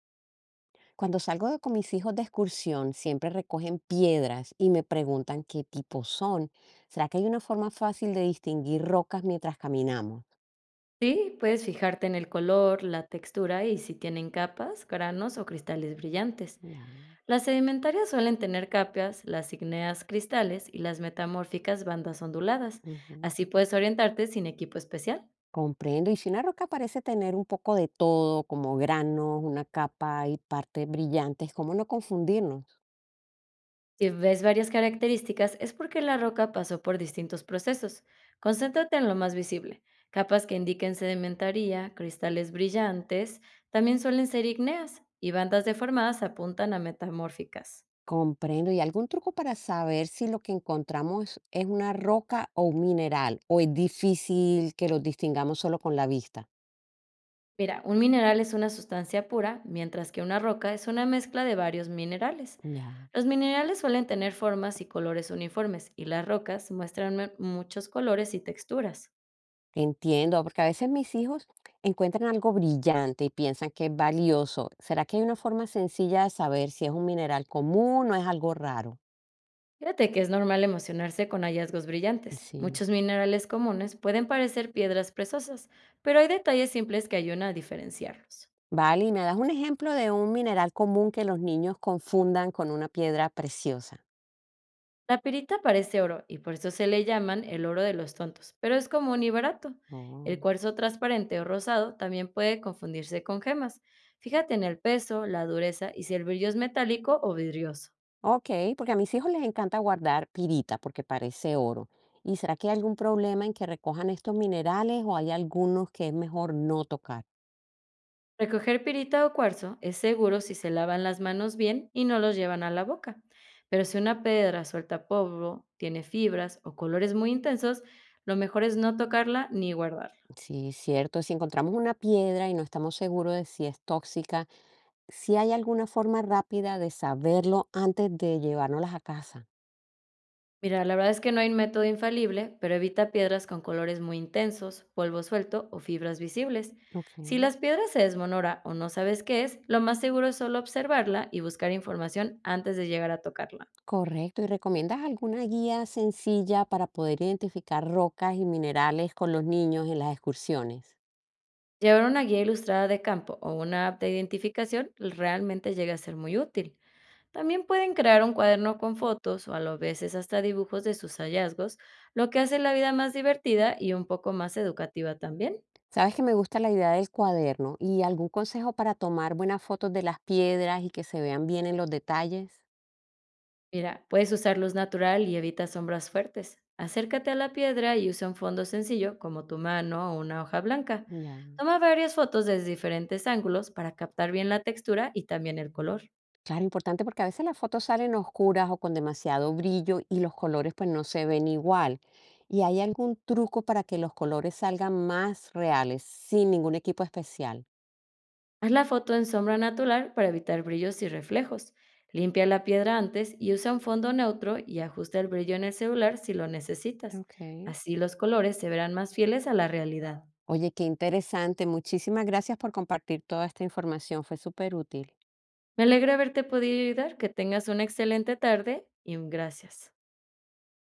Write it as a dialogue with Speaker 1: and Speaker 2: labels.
Speaker 1: Cuando con mis hijos de excursión, siempre recogen piedras y me preguntan qué tipo son. ¿Será que hay una forma fácil de distinguir rocas mientras caminamos?
Speaker 2: Sí, puedes fijarte en el color, la textura y si tienen capas, granos o cristales brillantes.
Speaker 1: Ya,
Speaker 2: Las sedimentarias suelen tener capas, las ígneas cristales y las metamórficas bandas onduladas.
Speaker 1: ujú.
Speaker 2: Así puedes orientarte sin equipo especial.
Speaker 1: Comprendo. Y si una roca parece tener un poco de todo, como granos, una capa y partes brillantes, ¿cómo no confundirnos?
Speaker 2: Si ves varias características es porque la roca pasó por distintos procesos. Concéntrate en lo más visible. Capas que indiquen sedimentaría, cristales brillantes, también suelen ser ígneas y bandas deformadas apuntan a metamórficas.
Speaker 1: Comprendo. ¿Y algún truco para saber si lo que encontramos es una roca o un mineral? ¿O es difícil que los distingamos solo con la vista?
Speaker 2: Mira, un mineral es una sustancia pura, mientras que una roca es una mezcla de varios minerales.
Speaker 1: Ya.
Speaker 2: Los minerales suelen tener formas y colores uniformes, y las rocas muestran muchos colores y texturas.
Speaker 1: Entiendo, porque a veces mis hijos encuentran algo brillante y piensan que es valioso. ¿Será que hay una forma sencilla de saber si es un mineral común o es algo raro?
Speaker 2: Fíjate que es normal emocionarse con hallazgos brillantes.
Speaker 1: Sí.
Speaker 2: Muchos minerales comunes pueden parecer piedras preciosas, pero hay detalles simples que ayudan a diferenciarlos.
Speaker 1: Vale, y me das un ejemplo de un mineral común que los niños confundan con una piedra preciosa.
Speaker 2: La pirita parece oro y por eso se le llaman el oro de los tontos, pero es común y barato. El
Speaker 1: Oh.
Speaker 2: cuarzo transparente o rosado también puede confundirse con gemas. Fíjate en el peso, la dureza y si el brillo es metálico o vidrioso.
Speaker 1: Ok, porque a mis hijos les encanta guardar pirita porque parece oro. ¿Y será que hay algún problema en que recojan estos minerales o hay algunos que es mejor no tocar?
Speaker 2: Recoger pirita o cuarzo es seguro si se lavan las manos bien y no los llevan a la boca. Pero si una piedra suelta polvo, tiene fibras o colores muy intensos, lo mejor es no tocarla ni guardarla.
Speaker 1: Sí, cierto. Si encontramos una piedra y no estamos seguros de si es tóxica, si hay alguna forma rápida de saberlo antes de llevárnoslas a casa.
Speaker 2: Mira, la verdad es que no hay un método infalible, pero evita piedras con colores muy intensos, polvo suelto o fibras visibles.
Speaker 1: Ok.
Speaker 2: Si las piedras se desmonora o no sabes qué es, lo más seguro es solo observarla y buscar información antes de llegar a tocarla.
Speaker 1: Correcto. ¿Y recomiendas alguna guía sencilla para poder identificar rocas y minerales con los niños en las excursiones?
Speaker 2: Llevar una guía ilustrada de campo o una app de identificación realmente llega a ser muy útil. También pueden crear un cuaderno con fotos o a lo veces hasta dibujos de sus hallazgos, lo que hace la vida más divertida y un poco más educativa también.
Speaker 1: Sabes que me gusta la idea del cuaderno y algún consejo para tomar buenas fotos de las piedras y que se vean bien en los detalles.
Speaker 2: Mira, puedes usar luz natural y evita sombras fuertes. Acércate a la piedra y usa un fondo sencillo como tu mano o una hoja blanca.
Speaker 1: Ya.
Speaker 2: Toma varias fotos desde diferentes ángulos para captar bien la textura y también el color.
Speaker 1: Claro, importante porque a veces las fotos salen oscuras o con demasiado brillo y los colores pues no se ven igual. ¿Y hay algún truco para que los colores salgan más reales sin ningún equipo especial?
Speaker 2: Haz la foto en sombra natural para evitar brillos y reflejos. Limpia la piedra antes y usa un fondo neutro y ajusta el brillo en el celular si lo necesitas.
Speaker 1: Ok.
Speaker 2: Así los colores se verán más fieles a la realidad.
Speaker 1: Oye, qué interesante. Muchísimas gracias por compartir toda esta información. Fue súper útil.
Speaker 2: Me alegra haberte podido ayudar, que tengas una excelente tarde y un gracias.